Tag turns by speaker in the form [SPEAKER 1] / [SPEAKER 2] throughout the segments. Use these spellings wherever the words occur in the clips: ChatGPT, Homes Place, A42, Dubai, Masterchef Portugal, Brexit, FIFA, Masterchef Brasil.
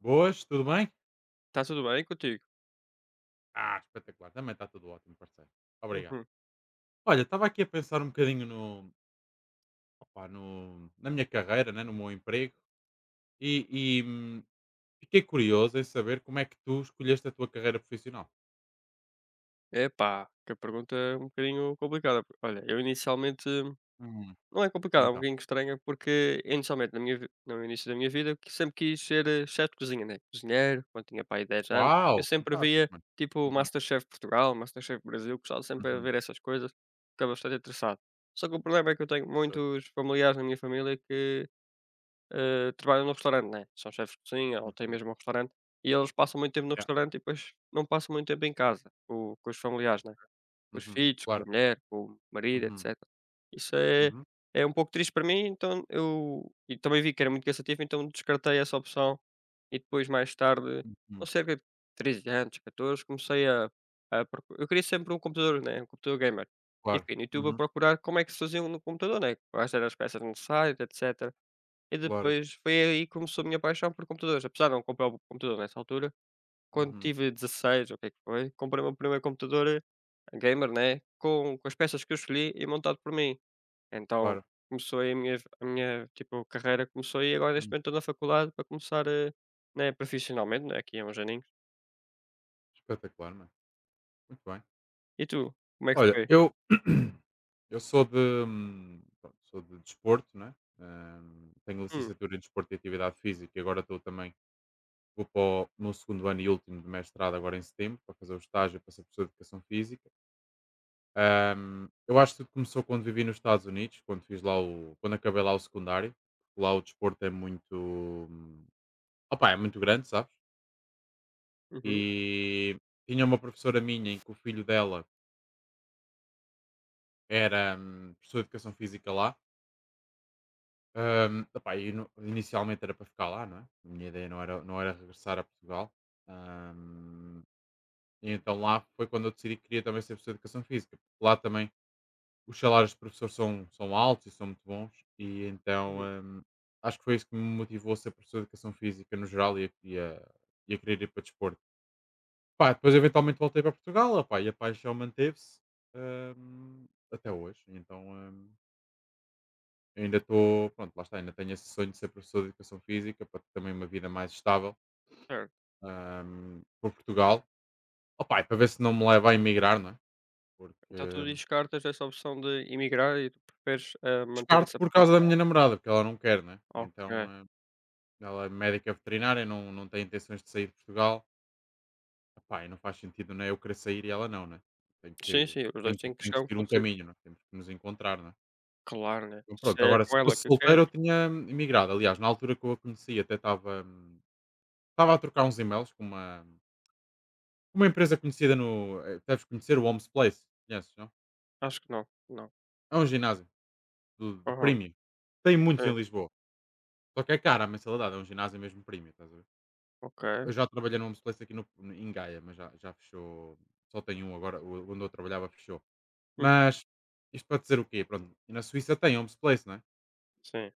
[SPEAKER 1] Boas, tudo bem?
[SPEAKER 2] Tá tudo bem contigo?
[SPEAKER 1] Ah, espetacular, também está tudo ótimo, parceiro. Obrigado.
[SPEAKER 2] Uhum.
[SPEAKER 1] Olha, estava aqui a pensar um bocadinho opá, na minha carreira, né, no meu emprego, e, e, hum, fiquei curioso em saber como é que tu escolheste a tua carreira profissional.
[SPEAKER 2] Epá, que a pergunta é um bocadinho complicada, porque, olha, eu inicialmente.
[SPEAKER 1] Hum.
[SPEAKER 2] Não é complicada, é um
[SPEAKER 1] Então,
[SPEAKER 2] bocadinho estranha, porque inicialmente na minha, no início da minha vida que sempre quis ser chefe de cozinha, né? Cozinheiro, quando tinha pai 10 anos.
[SPEAKER 1] uau,
[SPEAKER 2] Eu sempre
[SPEAKER 1] fantástico,
[SPEAKER 2] via
[SPEAKER 1] mano.
[SPEAKER 2] tipo
[SPEAKER 1] Uhum.
[SPEAKER 2] Masterchef Portugal, Masterchef Brasil, gostava sempre a
[SPEAKER 1] Uhum.
[SPEAKER 2] ver essas coisas, ficava bastante interessado. Só que o problema é que eu tenho
[SPEAKER 1] Pois.
[SPEAKER 2] muitos familiares na minha família que trabalham no restaurante, né? São chefes de cozinha ou têm
[SPEAKER 1] Uhum.
[SPEAKER 2] mesmo um restaurante e eles passam muito tempo no
[SPEAKER 1] Yeah.
[SPEAKER 2] restaurante e depois não passam muito tempo em casa com os familiares, né? Com os
[SPEAKER 1] Uhum.
[SPEAKER 2] filhos, com a
[SPEAKER 1] Claro.
[SPEAKER 2] mulher, com o marido,
[SPEAKER 1] Uhum.
[SPEAKER 2] etc. Isso é,
[SPEAKER 1] Uhum.
[SPEAKER 2] é um pouco triste para mim, então eu e também vi que era muito cansativo, então descartei essa opção e depois mais tarde,
[SPEAKER 1] Uhum.
[SPEAKER 2] com cerca de 13 anos, 14, comecei a procu- eu queria sempre um computador, né? Um computador gamer. E
[SPEAKER 1] Claro.
[SPEAKER 2] fiquei no YouTube a
[SPEAKER 1] Uhum.
[SPEAKER 2] procurar como é que se fazia um no computador, né? Quais eram as peças necessárias, etc. E
[SPEAKER 1] Claro.
[SPEAKER 2] depois foi aí que começou a minha paixão por computadores, apesar de não comprar o computador nessa altura, quando
[SPEAKER 1] Uhum.
[SPEAKER 2] tive 16 ou o que é que foi, comprei o meu primeiro computador gamer, né, com as peças que eu escolhi e montado por mim. Então,
[SPEAKER 1] Claro.
[SPEAKER 2] começou aí a minha tipo, carreira começou aí, agora neste
[SPEAKER 1] Uhum.
[SPEAKER 2] momento estou na faculdade para começar, né, profissionalmente, né, aqui há uns aninhos.
[SPEAKER 1] Espetacular, mano. Muito bem.
[SPEAKER 2] E tu, como é que
[SPEAKER 1] Olha,
[SPEAKER 2] foi?
[SPEAKER 1] eu. Eu sou de, pronto, sou de desporto, né? Tenho
[SPEAKER 2] Hum.
[SPEAKER 1] licenciatura em desporto e atividade física e agora estou também, vou para o meu segundo ano e último de mestrado agora em setembro, para fazer o estágio, para ser professor de educação física. Eu acho que tudo começou quando vivi nos Estados Unidos, quando fiz lá o, quando acabei lá o secundário. Lá o desporto é muito, opá, é muito grande, sabes?
[SPEAKER 2] Uhum.
[SPEAKER 1] E tinha uma professora minha em que o filho dela era professor de educação física lá. Epá, eu inicialmente era para ficar lá, não é? A minha ideia não era regressar a Portugal. Ahm, e então lá foi quando eu decidi que queria também ser professor de educação física porque lá também os salários de professor são altos e são muito bons. E então
[SPEAKER 2] Uhum.
[SPEAKER 1] acho que foi isso que me motivou a ser professor de educação física no geral e a querer ir para desporto. Pá, depois eventualmente voltei para Portugal, epá, e a paixão manteve-se ahm, até hoje. Então, ainda estou, pronto, lá está, ainda tenho esse sonho de ser professor de educação física para ter também uma vida mais estável
[SPEAKER 2] Certo.
[SPEAKER 1] para Portugal. Opa, e para ver se não me leva a emigrar, não é? Porque
[SPEAKER 2] Então tu descartas essa opção de emigrar e tu preferes, manter
[SPEAKER 1] descarto
[SPEAKER 2] essa
[SPEAKER 1] por causa da
[SPEAKER 2] profissão?
[SPEAKER 1] minha namorada, porque ela não quer, não é? E
[SPEAKER 2] Ok.
[SPEAKER 1] então ela é médica veterinária, não, não tem intenções de sair de Portugal. Opá, e não faz sentido, não é? Eu querer sair e ela não, não é? Tem
[SPEAKER 2] Sim,
[SPEAKER 1] que,
[SPEAKER 2] sim, os
[SPEAKER 1] tem
[SPEAKER 2] 2
[SPEAKER 1] que,
[SPEAKER 2] têm que
[SPEAKER 1] tem que
[SPEAKER 2] chegar a um
[SPEAKER 1] seguir um
[SPEAKER 2] conselho.
[SPEAKER 1] caminho, não é? Temos que nos encontrar, não é?
[SPEAKER 2] Claro, né.
[SPEAKER 1] Então,
[SPEAKER 2] Se
[SPEAKER 1] pronto,
[SPEAKER 2] é
[SPEAKER 1] agora se
[SPEAKER 2] com ela
[SPEAKER 1] fosse
[SPEAKER 2] que quer,
[SPEAKER 1] solteiro eu tinha emigrado. Aliás, na altura que eu a conheci até estava, estava a trocar uns e-mails com uma empresa conhecida no. eh, Deves conhecer o Homes Place, conheces, não?
[SPEAKER 2] acho que não, não.
[SPEAKER 1] É um ginásio de
[SPEAKER 2] Aham,
[SPEAKER 1] premium. Tem muitos em
[SPEAKER 2] sim,
[SPEAKER 1] Lisboa. Só que é cara a mensalidade, é um ginásio mesmo premium, estás a ver?
[SPEAKER 2] ok.
[SPEAKER 1] Eu já trabalhei no Homes Place aqui no, em Gaia, mas já fechou. Só tem um agora, onde eu trabalhava fechou.
[SPEAKER 2] Hum,
[SPEAKER 1] Mas isto para dizer o quê? Pronto, e na Suíça tem Homes Place, não é?
[SPEAKER 2] sim,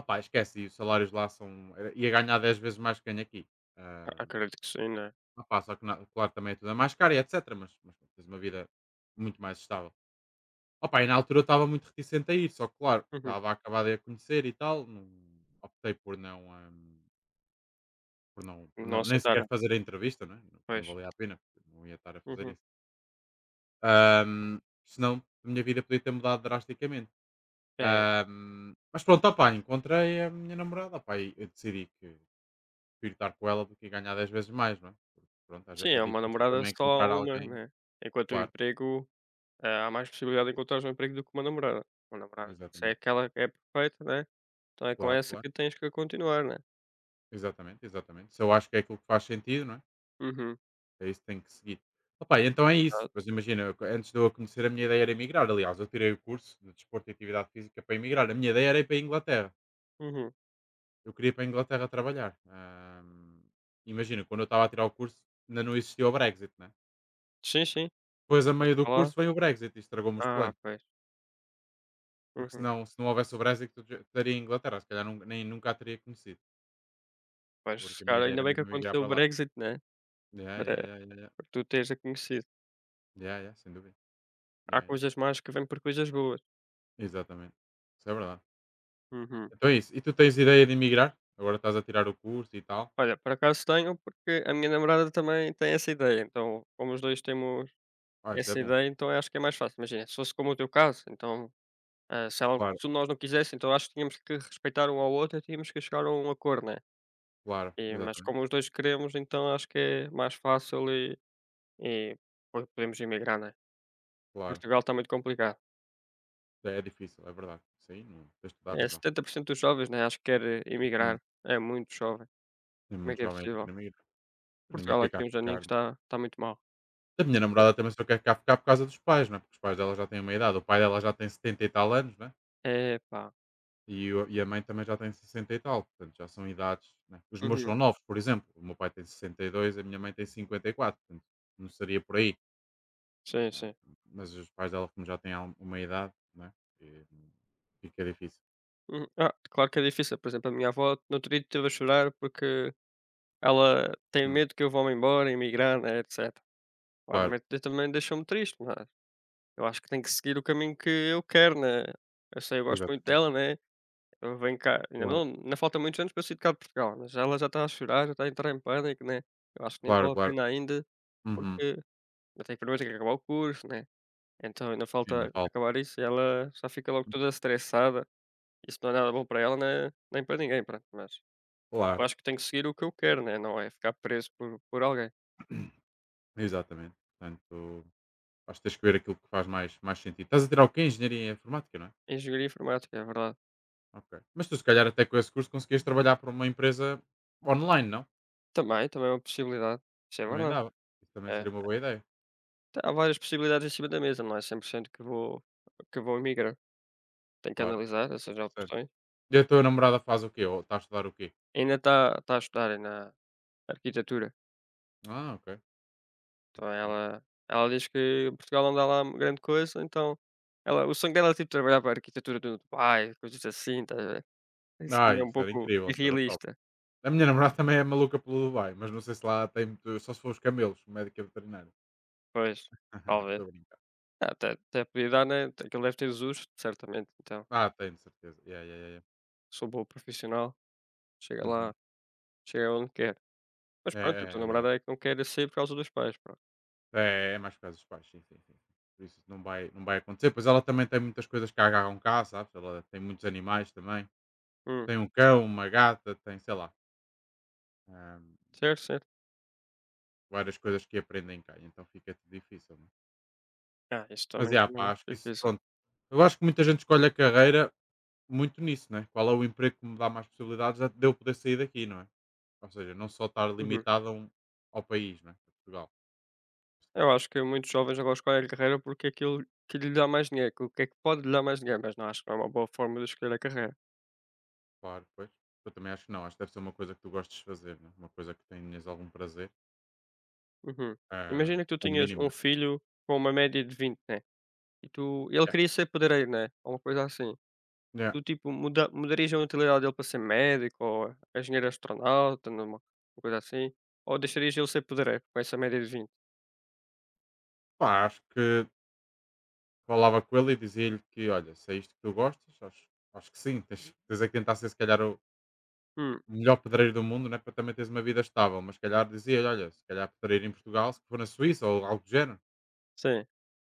[SPEAKER 1] Opá, esquece, e os salários lá ia ganhar 10 vezes mais que ganho aqui. Ah,
[SPEAKER 2] a acredito que sim, né.
[SPEAKER 1] opá, só que claro, também é tudo é mais caro, e etc. Mas tens uma vida muito mais estável. Opa, e na altura eu estava muito reticente a ir, só que claro,
[SPEAKER 2] Uhum.
[SPEAKER 1] estava acabado de a conhecer e tal, não, optei por não, hum, por não, por
[SPEAKER 2] Não
[SPEAKER 1] não, nem
[SPEAKER 2] aceitar,
[SPEAKER 1] sequer fazer a entrevista, não é? Não, não
[SPEAKER 2] pois.
[SPEAKER 1] valia a pena, porque não ia estar a fazer
[SPEAKER 2] Uhum.
[SPEAKER 1] isso. Hum, Senão a minha vida podia ter mudado drasticamente.
[SPEAKER 2] É,
[SPEAKER 1] Mas pronto, opa, encontrei a minha namorada, opa, e eu decidi que prefiro estar com ela do que ganhar 10 vezes mais, não é? Porque, pronto,
[SPEAKER 2] sim,
[SPEAKER 1] é
[SPEAKER 2] é uma
[SPEAKER 1] difícil
[SPEAKER 2] namorada é
[SPEAKER 1] também
[SPEAKER 2] só
[SPEAKER 1] encontrar
[SPEAKER 2] uma,
[SPEAKER 1] alguém.
[SPEAKER 2] né. Enquanto o
[SPEAKER 1] Claro,
[SPEAKER 2] emprego, há mais possibilidade de encontrar um emprego do que uma namorada. Uma namorada, se é
[SPEAKER 1] exatamente.
[SPEAKER 2] aquela que é perfeita, né, então é com
[SPEAKER 1] Claro,
[SPEAKER 2] essa
[SPEAKER 1] claro,
[SPEAKER 2] que tens que continuar, né.
[SPEAKER 1] exatamente, exatamente. Se eu acho que é aquilo que faz sentido, não é?
[SPEAKER 2] Uhum,
[SPEAKER 1] É isso que tem que seguir. Opa, então é isso.
[SPEAKER 2] exato.
[SPEAKER 1] Pois imagina, eu antes de eu a conhecer, a minha ideia era emigrar. Aliás, eu tirei o curso de Desporto e Atividade Física para emigrar. A minha ideia era ir para a Inglaterra.
[SPEAKER 2] Uhum.
[SPEAKER 1] Eu queria ir para a Inglaterra trabalhar. Imagina, quando eu estava a tirar o curso, ainda não existia o Brexit, né?
[SPEAKER 2] Sim, sim.
[SPEAKER 1] Depois, a
[SPEAKER 2] Deixaste
[SPEAKER 1] meio do
[SPEAKER 2] falar.
[SPEAKER 1] curso, vem o Brexit e estragou-me os
[SPEAKER 2] Ah,
[SPEAKER 1] planos.
[SPEAKER 2] pois.
[SPEAKER 1] Porque
[SPEAKER 2] Uhum.
[SPEAKER 1] senão, se não houvesse o Brexit, eu já estaria em Inglaterra. Se calhar nem, nunca a teria conhecido. Porque
[SPEAKER 2] Pois,
[SPEAKER 1] a minha
[SPEAKER 2] cara,
[SPEAKER 1] ideia
[SPEAKER 2] ainda
[SPEAKER 1] era
[SPEAKER 2] bem que
[SPEAKER 1] mesmo migrar
[SPEAKER 2] aconteceu
[SPEAKER 1] para
[SPEAKER 2] o
[SPEAKER 1] lá.
[SPEAKER 2] Brexit, né,
[SPEAKER 1] Yeah,
[SPEAKER 2] para
[SPEAKER 1] yeah, yeah, yeah, yeah.
[SPEAKER 2] para tu teres a conhecido.
[SPEAKER 1] Yeah, yeah, sem dúvida.
[SPEAKER 2] Há
[SPEAKER 1] Yeah, yeah.
[SPEAKER 2] coisas más que vêm por coisas boas.
[SPEAKER 1] Exatamente. Isso é verdade.
[SPEAKER 2] Uhum.
[SPEAKER 1] Então é isso. E tu tens ideia de emigrar? Agora estás a tirar o curso e tal.
[SPEAKER 2] Olha, por acaso tenho, porque a minha namorada também tem essa ideia, então como os 2 temos
[SPEAKER 1] Ah, isso é
[SPEAKER 2] essa
[SPEAKER 1] bom.
[SPEAKER 2] ideia, então acho que é mais fácil. Imagina, se fosse como o teu caso, então,
[SPEAKER 1] Claro,
[SPEAKER 2] se um nós não quisesse, então acho que tínhamos que respeitar um ao outro e tínhamos que chegar a um acordo, né.
[SPEAKER 1] claro,
[SPEAKER 2] E mas
[SPEAKER 1] exatamente.
[SPEAKER 2] como os 2 queremos, então acho que é mais fácil e po podemos imigrar, né.
[SPEAKER 1] Claro.
[SPEAKER 2] Portugal está muito complicado.
[SPEAKER 1] É, é difícil, é verdade. Isso aí não tens toda a
[SPEAKER 2] É
[SPEAKER 1] razão.
[SPEAKER 2] 70% dos jovens, né, acho que quer emigrar,
[SPEAKER 1] Hum.
[SPEAKER 2] é muito jovem.
[SPEAKER 1] Tem
[SPEAKER 2] Como é
[SPEAKER 1] muito
[SPEAKER 2] que é
[SPEAKER 1] jovem a
[SPEAKER 2] possível?
[SPEAKER 1] querer emigrar. Ninguém
[SPEAKER 2] Portugal
[SPEAKER 1] quer
[SPEAKER 2] aqui
[SPEAKER 1] cá
[SPEAKER 2] há uns aninhos
[SPEAKER 1] ficar.
[SPEAKER 2] está muito mal.
[SPEAKER 1] A minha namorada também só quer cá ficar por causa dos pais, né? Porque os pais dela já têm uma idade. O pai dela já tem 70 e tal anos, né?
[SPEAKER 2] Epá.
[SPEAKER 1] E, e a mãe também já tem 60 e tal. Portanto, já são idades. Né? Os meus são
[SPEAKER 2] Uhum.
[SPEAKER 1] novos, por exemplo. O meu pai tem 62, a minha mãe tem 54. Portanto, não seria por aí.
[SPEAKER 2] Sim,
[SPEAKER 1] Ah,
[SPEAKER 2] sim.
[SPEAKER 1] mas os pais dela, como já têm uma idade, né? E fica difícil.
[SPEAKER 2] Uhum. Ah, claro que é difícil. Por exemplo, a minha avó no outro dia esteve a chorar porque ela tem
[SPEAKER 1] Hum.
[SPEAKER 2] medo que eu vá-me embora, emigrar, né, etc.
[SPEAKER 1] Claro,
[SPEAKER 2] Claramente também deixou-me triste, mas eu acho que tenho que seguir o caminho que eu quero, né? Eu sei, eu gosto muito
[SPEAKER 1] exatamente.
[SPEAKER 2] dela, né? Eu venho cá, ainda não,
[SPEAKER 1] Claro,
[SPEAKER 2] ainda falta muitos anos para eu sair de cá de Portugal, mas ela já está a chorar, já está a entrar em pânico, né? Eu acho que nem
[SPEAKER 1] claro,
[SPEAKER 2] vale a
[SPEAKER 1] claro.
[SPEAKER 2] pena ainda,
[SPEAKER 1] Uhum.
[SPEAKER 2] porque eu tenho primeiro que acabar o curso, né? Então ainda
[SPEAKER 1] Ainda
[SPEAKER 2] falta
[SPEAKER 1] falta.
[SPEAKER 2] acabar isso e ela já fica logo toda estressada. Isso não é nada bom para ela, né, nem para ninguém, pronto, mas eu
[SPEAKER 1] Claro.
[SPEAKER 2] acho que tenho que seguir o que eu quero, né, não é ficar preso por alguém.
[SPEAKER 1] Exatamente. Portanto, acho que tens que ver aquilo que faz mais sentido. Estás a tirar o quê? Engenharia informática, não é?
[SPEAKER 2] Engenharia informática, é verdade.
[SPEAKER 1] Ok. Mas tu, se calhar, até com esse curso conseguias trabalhar para uma empresa online, não?
[SPEAKER 2] Também, também é uma possibilidade, isso é
[SPEAKER 1] Também
[SPEAKER 2] verdade.
[SPEAKER 1] dava. Isso também
[SPEAKER 2] É,
[SPEAKER 1] seria uma boa ideia.
[SPEAKER 2] t há várias possibilidades em cima da mesa, não é 100% que vou emigrar. Tenho que
[SPEAKER 1] Claro.
[SPEAKER 2] analisar essas
[SPEAKER 1] Interessante.
[SPEAKER 2] opções.
[SPEAKER 1] E a tua namorada faz o quê? Ou está a estudar o quê?
[SPEAKER 2] Ainda está a estudar ainda arquitetura,
[SPEAKER 1] Ah, ok.
[SPEAKER 2] então
[SPEAKER 1] Interessante.
[SPEAKER 2] ela diz que Portugal não dá lá grande coisa, então ela, o sonho dela é tipo trabalhar para a arquitetura do Dubai, coisas assim, estás a ver? Isso
[SPEAKER 1] Ah,
[SPEAKER 2] também é um
[SPEAKER 1] isso era
[SPEAKER 2] pouco
[SPEAKER 1] incrível. Isso era top.
[SPEAKER 2] irrealista.
[SPEAKER 1] A minha namorada também é maluca pelo Dubai, mas não sei se lá tem muito. Só se for os camelos, médica veterinária.
[SPEAKER 2] Pois, talvez.
[SPEAKER 1] Estou a brincar.
[SPEAKER 2] Ah, até podia dar, né, aquilo deve ter justo, certamente, então.
[SPEAKER 1] Ah, tem, de certeza. Yeah, yeah, yeah, yeah.
[SPEAKER 2] Sou bom profissional, chega
[SPEAKER 1] Uhum.
[SPEAKER 2] lá, chega onde quer. Mas
[SPEAKER 1] É, é,
[SPEAKER 2] pronto, a tua
[SPEAKER 1] é verdade.
[SPEAKER 2] namorada é que não quer sair por causa dos pais, pronto.
[SPEAKER 1] É, é mais por causa dos pais, sim, sim, sim, sim. Por isso não vai acontecer. Pois ela também tem muitas coisas que a agarram cá, sabes? Ela tem muitos animais também.
[SPEAKER 2] Hum,
[SPEAKER 1] Tem um cão, uma gata, tem, sei lá, hum,
[SPEAKER 2] certo, certo.
[SPEAKER 1] várias coisas que aprendem cá. Então fica-te difícil, não é?
[SPEAKER 2] Ah, isso
[SPEAKER 1] Mas,
[SPEAKER 2] também
[SPEAKER 1] yeah,
[SPEAKER 2] não
[SPEAKER 1] pá, acho que
[SPEAKER 2] é
[SPEAKER 1] isso,
[SPEAKER 2] difícil.
[SPEAKER 1] pronto. Eu acho que muita gente escolhe a carreira muito nisso, né? Qual é o emprego que me dá mais possibilidades é de eu poder sair daqui, não é? Ou seja, não só estar
[SPEAKER 2] Uhum.
[SPEAKER 1] limitado ao país, né? A Portugal, neste
[SPEAKER 2] Eu
[SPEAKER 1] caso.
[SPEAKER 2] acho que muitos jovens agora escolhem a carreira porque é aquilo que lhe dá mais dinheiro, que o que é que pode lhe dar mais dinheiro, mas não acho que não é uma boa forma de escolher a carreira.
[SPEAKER 1] Claro, pois. Eu também acho que não. Acho que deve ser uma coisa que tu gostes de fazer, né? Uma coisa que tenhas algum prazer.
[SPEAKER 2] Uhum.
[SPEAKER 1] ah,
[SPEAKER 2] Imagina que tu
[SPEAKER 1] ou
[SPEAKER 2] tinhas
[SPEAKER 1] mínimo, né?
[SPEAKER 2] um filho com uma média de 20, né? E tu, ele
[SPEAKER 1] Yeah.
[SPEAKER 2] queria ser pedreiro, né? Ou uma coisa assim.
[SPEAKER 1] Yeah.
[SPEAKER 2] Do tipo, mudarias a utilidade dele para ser médico ou é engenheiro astronauta, numa uma coisa assim? Ou deixarias ele ser pedreiro com essa média de 20?
[SPEAKER 1] Pá, acho que falava com ele e dizia-lhe que, olha, se é isto que tu gostas, acho que sim. Tens é que tentar ser, se calhar, o
[SPEAKER 2] Hum,
[SPEAKER 1] melhor pedreiro do mundo, né? Para também teres uma vida estável. Mas, se calhar, dizia-lhe, olha, se calhar pedreiro em Portugal, se for na Suíça ou algo do género,
[SPEAKER 2] sim,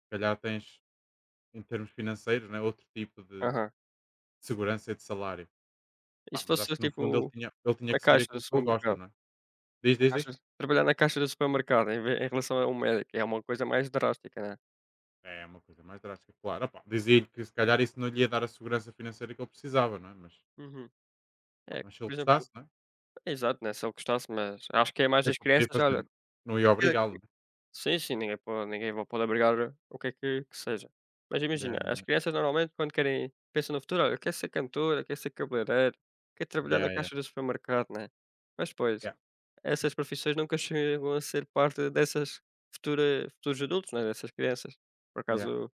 [SPEAKER 1] se calhar tens, em termos financeiros, né, outro tipo de
[SPEAKER 2] aham.
[SPEAKER 1] segurança e de salário.
[SPEAKER 2] E
[SPEAKER 1] Pá,
[SPEAKER 2] se
[SPEAKER 1] mas acho
[SPEAKER 2] fosse
[SPEAKER 1] que no fundo ele
[SPEAKER 2] tipo
[SPEAKER 1] tinha ele tinha
[SPEAKER 2] na
[SPEAKER 1] que seguir
[SPEAKER 2] caixa do
[SPEAKER 1] aquilo que ele gosta,
[SPEAKER 2] supermercado?
[SPEAKER 1] não é? Diz,
[SPEAKER 2] Na
[SPEAKER 1] diz,
[SPEAKER 2] caixa
[SPEAKER 1] diz?
[SPEAKER 2] trabalhar na caixa do supermercado em ve em relação a um médico, é uma coisa mais drástica, né.
[SPEAKER 1] É uma coisa mais drástica, claro. Opá, dizia-lhe que se calhar isso não lhe ia dar a segurança financeira que ele precisava, não é? Mas,
[SPEAKER 2] Uhum.
[SPEAKER 1] pá,
[SPEAKER 2] É,
[SPEAKER 1] mas se ele
[SPEAKER 2] por exemplo,
[SPEAKER 1] gostasse, não é?
[SPEAKER 2] é exato, né, se ele gostasse, mas acho que é
[SPEAKER 1] O
[SPEAKER 2] mais
[SPEAKER 1] que é
[SPEAKER 2] das
[SPEAKER 1] que eu podia
[SPEAKER 2] crianças,
[SPEAKER 1] fazer?
[SPEAKER 2] olha.
[SPEAKER 1] Não ia obrigá-lo, não é?
[SPEAKER 2] Sim, sim, ninguém pode ninguém va pode obrigar o que é que seja. Mas imagina,
[SPEAKER 1] Yeah,
[SPEAKER 2] as crianças normalmente quando querem pensam no futuro: "Olha, quero ser cantora, quer ser cabeleireiro, quer trabalhar na
[SPEAKER 1] yeah, yeah,
[SPEAKER 2] caixa do supermercado", né. Mas depois,
[SPEAKER 1] yeah,
[SPEAKER 2] essas profissões nunca chegam a ser parte dessas futura futuros adultos, né, dessas crianças. Por
[SPEAKER 1] yeah,
[SPEAKER 2] acaso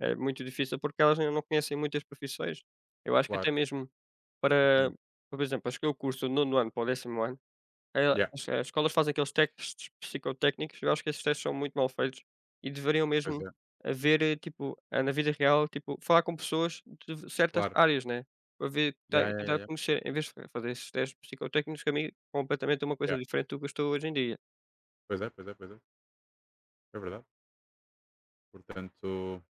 [SPEAKER 2] é muito difícil, porque elas ainda não conhecem muitas profissões. Eu acho que
[SPEAKER 1] claro.
[SPEAKER 2] até mesmo
[SPEAKER 1] Uhum.
[SPEAKER 2] para, por exemplo, acho que o curso do 9º ano para o 10º ano,
[SPEAKER 1] Yeah,
[SPEAKER 2] as escolas fazem aqueles testes psicotécnicos, eu acho que esses testes são muito mal feitos e deveriam
[SPEAKER 1] pois
[SPEAKER 2] mesmo
[SPEAKER 1] é,
[SPEAKER 2] haver, tipo, na vida real, tipo, falar com pessoas de certas
[SPEAKER 1] claro.
[SPEAKER 2] áreas, né, para ver, ta
[SPEAKER 1] Yeah, yeah, yeah,
[SPEAKER 2] tentar
[SPEAKER 1] yeah,
[SPEAKER 2] conhecer, em vez de fazer esses testes psicotécnicos, que a mim completamente é uma
[SPEAKER 1] yeah.
[SPEAKER 2] coisa diferente do que eu estou hoje em dia.
[SPEAKER 1] Pois é, pois é, pois é. É verdade. Portanto,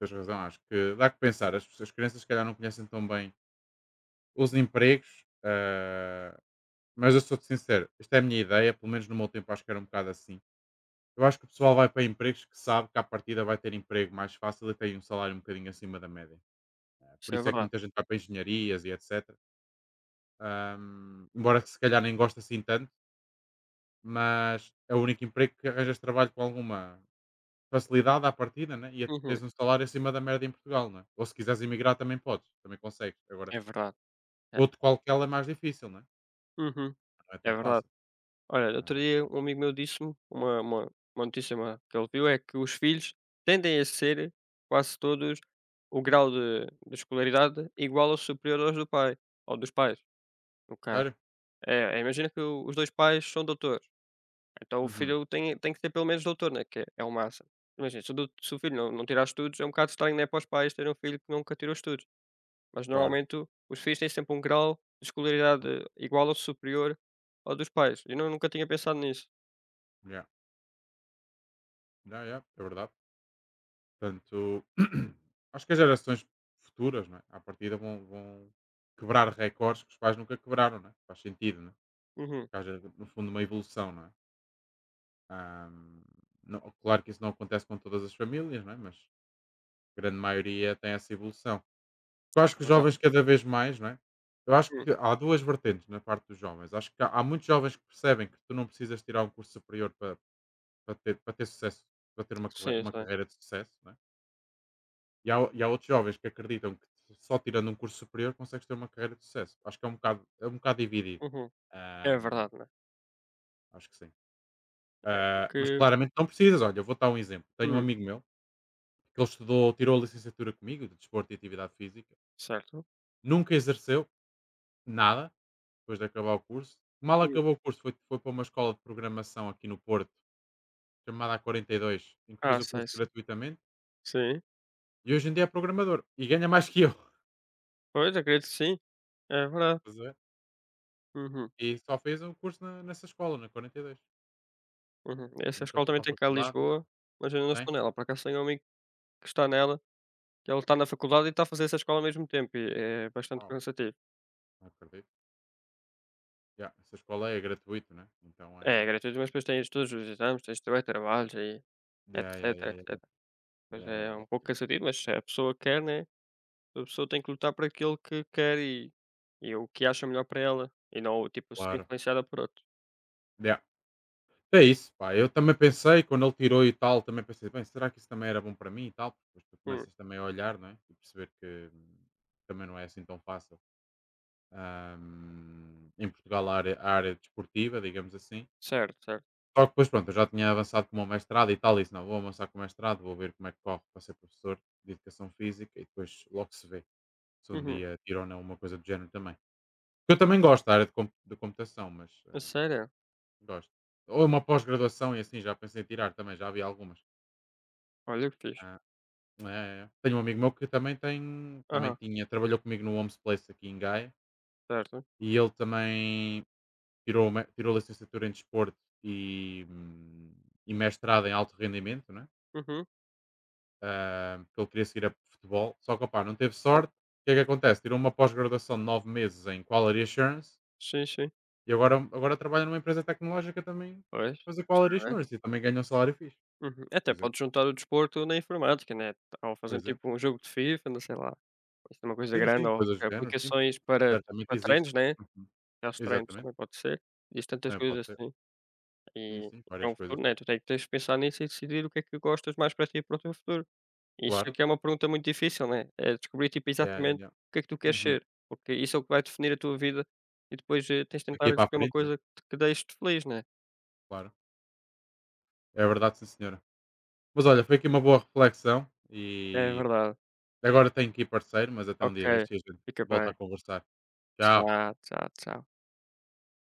[SPEAKER 1] tens razão. Acho que dá que pensar. As crianças, se calhar, não conhecem tão bem os empregos. Ah, mas eu sou-te sincero, esta é a minha ideia, pelo menos no meu tempo acho que era um bocado assim. Eu acho que o pessoal vai para empregos que sabe que à partida vai ter emprego mais fácil e tem um salário um bocadinho acima da média. Ah, por
[SPEAKER 2] Isso é
[SPEAKER 1] isso é que
[SPEAKER 2] verdade.
[SPEAKER 1] muita gente vai para engenharias, e etc. Embora se calhar nem goste assim tanto, mas é o único emprego que arranjas trabalho com alguma facilidade à partida, né? E
[SPEAKER 2] Uhum.
[SPEAKER 1] tens um salário acima da média em Portugal, não é? Ou se quiseres emigrar também podes, também consegues. Agora,
[SPEAKER 2] É verdade. É.
[SPEAKER 1] outro qualquer é mais difícil, não é?
[SPEAKER 2] Uhum.
[SPEAKER 1] Não é
[SPEAKER 2] É
[SPEAKER 1] tão
[SPEAKER 2] verdade.
[SPEAKER 1] fácil.
[SPEAKER 2] Olha, outro
[SPEAKER 1] Ah,
[SPEAKER 2] dia um amigo meu disse-me uma notícia má que ele viu, é que os filhos tendem a ser quase todos o grau de escolaridade igual ou superior aos do pai, ou dos pais, no caso.
[SPEAKER 1] sério?
[SPEAKER 2] Imagina que o os 2 pais são doutores, então o
[SPEAKER 1] Uhum,
[SPEAKER 2] filho tem que ser pelo menos doutor, né, que é o máximo. Imagina, se o filho não tirar estudos é um bocado estranho, né, para os pais terem um filho que nunca tirou estudos, mas
[SPEAKER 1] claro.
[SPEAKER 2] normalmente o os filhos têm sempre um grau de escolaridade
[SPEAKER 1] Hum.
[SPEAKER 2] igual ou superior ao dos pais, eu não nunca tinha pensado nisso.
[SPEAKER 1] Yeah, yeah, yeah, é verdade. Portanto, acho que as gerações futuras, não é, à partida, vão quebrar recordes que os pais nunca quebraram, não é? Faz sentido, não é?
[SPEAKER 2] Uhum.
[SPEAKER 1] Que haja, no fundo, uma evolução, não é? Ahm, Claro que isso não acontece com todas as famílias, não é? Mas a grande maioria tem essa evolução. Eu acho
[SPEAKER 2] É
[SPEAKER 1] que os
[SPEAKER 2] verdade.
[SPEAKER 1] jovens, cada vez mais, não é? Eu acho que
[SPEAKER 2] Hum,
[SPEAKER 1] há duas vertentes na parte dos jovens. Acho que há muitos jovens que percebem que tu não precisas tirar um curso superior para ter sucesso, para ter uma, corre-
[SPEAKER 2] sim,
[SPEAKER 1] uma
[SPEAKER 2] sei.
[SPEAKER 1] carreira de sucesso, né? E há outros jovens que acreditam que só tirando um curso superior consegues ter uma carreira de sucesso. Acho que é um bocado dividido.
[SPEAKER 2] Uhum. É
[SPEAKER 1] Ahm,
[SPEAKER 2] verdade, né?
[SPEAKER 1] Acho que sim. Ah, mas
[SPEAKER 2] Porque
[SPEAKER 1] claramente não precisas. Olha, eu vou dar um exemplo. Tenho um
[SPEAKER 2] hum,
[SPEAKER 1] amigo meu que ele estudou, tirou a licenciatura comigo de desporto e atividade física,
[SPEAKER 2] certo.
[SPEAKER 1] nunca exerceu nada depois de acabar o curso. Mal
[SPEAKER 2] Hum.
[SPEAKER 1] acabou o curso, foi para uma escola de programação aqui no Porto, chamada A42, em que fez
[SPEAKER 2] Ah,
[SPEAKER 1] o curso
[SPEAKER 2] sei, sei.
[SPEAKER 1] gratuitamente,
[SPEAKER 2] Sim.
[SPEAKER 1] e hoje em dia é programador e ganha mais que eu.
[SPEAKER 2] Pois, acredito que sim. É verdade.
[SPEAKER 1] Pois é.
[SPEAKER 2] Uhum,
[SPEAKER 1] E só fez o curso na nessa escola, na 42.
[SPEAKER 2] uhum. Essa
[SPEAKER 1] Nunca
[SPEAKER 2] escola
[SPEAKER 1] foi
[SPEAKER 2] também
[SPEAKER 1] para a
[SPEAKER 2] tem cá em
[SPEAKER 1] faculdade, nada.
[SPEAKER 2] Lisboa, mas eu ainda não
[SPEAKER 1] Tem?
[SPEAKER 2] estou nela. Por acaso tenho um amigo que está nela, que ele está na faculdade e está a fazer essa escola ao mesmo tempo e é bastante
[SPEAKER 1] Uau,
[SPEAKER 2] cansativo.
[SPEAKER 1] não acredito. Ya, essa escola é gratuito, né? Então é
[SPEAKER 2] É gratuito, mas depois tens todos os exames, tens também trabalhos e
[SPEAKER 1] Ya, ya,
[SPEAKER 2] etc,
[SPEAKER 1] ya, ya,
[SPEAKER 2] etc. Pois
[SPEAKER 1] ya,
[SPEAKER 2] é
[SPEAKER 1] ya,
[SPEAKER 2] é
[SPEAKER 1] ya,
[SPEAKER 2] um pouco
[SPEAKER 1] ya.
[SPEAKER 2] cansativo, mas se a pessoa quer, né? A pessoa tem que lutar para aquilo que quer e o que acha melhor para ela, e não, tipo, ser
[SPEAKER 1] Claro.
[SPEAKER 2] influenciada por outro.
[SPEAKER 1] Ya. É isso, pá. Eu também pensei, quando ele tirou e tal, também pensei, bem, será que isso também era bom para mim e tal? Depois tu
[SPEAKER 2] Hum,
[SPEAKER 1] começas também a olhar, não é? E perceber que também não é assim tão fácil. Em Portugal, a área desportiva, digamos assim,
[SPEAKER 2] certo, certo.
[SPEAKER 1] só que depois, pronto, eu já tinha avançado com o meu mestrado e tal, e disse, não, vou avançar com o mestrado, vou ver como é que corre para ser professor de Educação Física e depois logo se vê se um
[SPEAKER 2] Uhum.
[SPEAKER 1] dia tiro ou não uma coisa do género também. Porque eu também gosto da área de computação, mas
[SPEAKER 2] A sério?
[SPEAKER 1] gosto. Ou uma pós-graduação e assim, já pensei em tirar também, já havia algumas.
[SPEAKER 2] Olha que fixe.
[SPEAKER 1] Ah, é, é. Tenho um amigo meu que também tem, também
[SPEAKER 2] Aham,
[SPEAKER 1] tinha, trabalhou comigo no Homes Place aqui em Gaia,
[SPEAKER 2] certo.
[SPEAKER 1] e ele também tirou licenciatura em desporto, e, hum, e mestrado em alto rendimento, né?
[SPEAKER 2] Uhum,
[SPEAKER 1] Ah, que ele queria seguir a futebol. Só que, opá, não teve sorte.
[SPEAKER 2] certo.
[SPEAKER 1] O que é que acontece? Tirou uma pós-graduação de 9 meses em Quality Assurance,
[SPEAKER 2] Sim, sim.
[SPEAKER 1] e agora trabalha numa empresa tecnológica também
[SPEAKER 2] Pois,
[SPEAKER 1] fazer Quality
[SPEAKER 2] está bem.
[SPEAKER 1] Assurance e também ganha um salário fixe,
[SPEAKER 2] Uhum. É,
[SPEAKER 1] por
[SPEAKER 2] até
[SPEAKER 1] exemplo.
[SPEAKER 2] pode juntar o desporto na informática, né, ou
[SPEAKER 1] Por
[SPEAKER 2] fazendo
[SPEAKER 1] exemplo.
[SPEAKER 2] tipo um jogo de FIFA, não sei lá, isso é uma coisa
[SPEAKER 1] Sim,
[SPEAKER 2] grande,
[SPEAKER 1] sim,
[SPEAKER 2] ou
[SPEAKER 1] coisas do género, sim,
[SPEAKER 2] aplicações para
[SPEAKER 1] certamente
[SPEAKER 2] para
[SPEAKER 1] existe.
[SPEAKER 2] treinos, né,
[SPEAKER 1] Uhum.
[SPEAKER 2] aqueles treinos
[SPEAKER 1] Exatamente,
[SPEAKER 2] também pode ser. Diz tantas
[SPEAKER 1] também pode
[SPEAKER 2] coisas
[SPEAKER 1] ser.
[SPEAKER 2] assim,
[SPEAKER 1] Sim,
[SPEAKER 2] e
[SPEAKER 1] sim,
[SPEAKER 2] é
[SPEAKER 1] várias
[SPEAKER 2] um
[SPEAKER 1] coisas,
[SPEAKER 2] futuro, né, tu tem que tens que pensar nisso e decidir o que é que gostas mais para ti e para o teu futuro. Isso é
[SPEAKER 1] claro.
[SPEAKER 2] que é uma pergunta muito difícil, né, é descobrir, tipo,
[SPEAKER 1] Yeah, yeah,
[SPEAKER 2] exatamente
[SPEAKER 1] yeah.
[SPEAKER 2] o que é que tu queres
[SPEAKER 1] Uhum.
[SPEAKER 2] ser, porque isso é o que vai definir a tua vida e depois, tens de
[SPEAKER 1] Aqui
[SPEAKER 2] tentar
[SPEAKER 1] para a
[SPEAKER 2] escolher uma
[SPEAKER 1] frente, né?
[SPEAKER 2] coisa que deixe-te feliz, né.
[SPEAKER 1] Claro. É verdade, sim, senhora. Mas olha, foi aqui uma boa reflexão
[SPEAKER 2] É
[SPEAKER 1] e
[SPEAKER 2] verdade.
[SPEAKER 1] Agora tenho que ir parceiro, mas até um
[SPEAKER 2] Ok,
[SPEAKER 1] dia desse e a gente
[SPEAKER 2] fica
[SPEAKER 1] volta a
[SPEAKER 2] bem.
[SPEAKER 1] conversar. Tchau.
[SPEAKER 2] Tchau, tchau, tchau.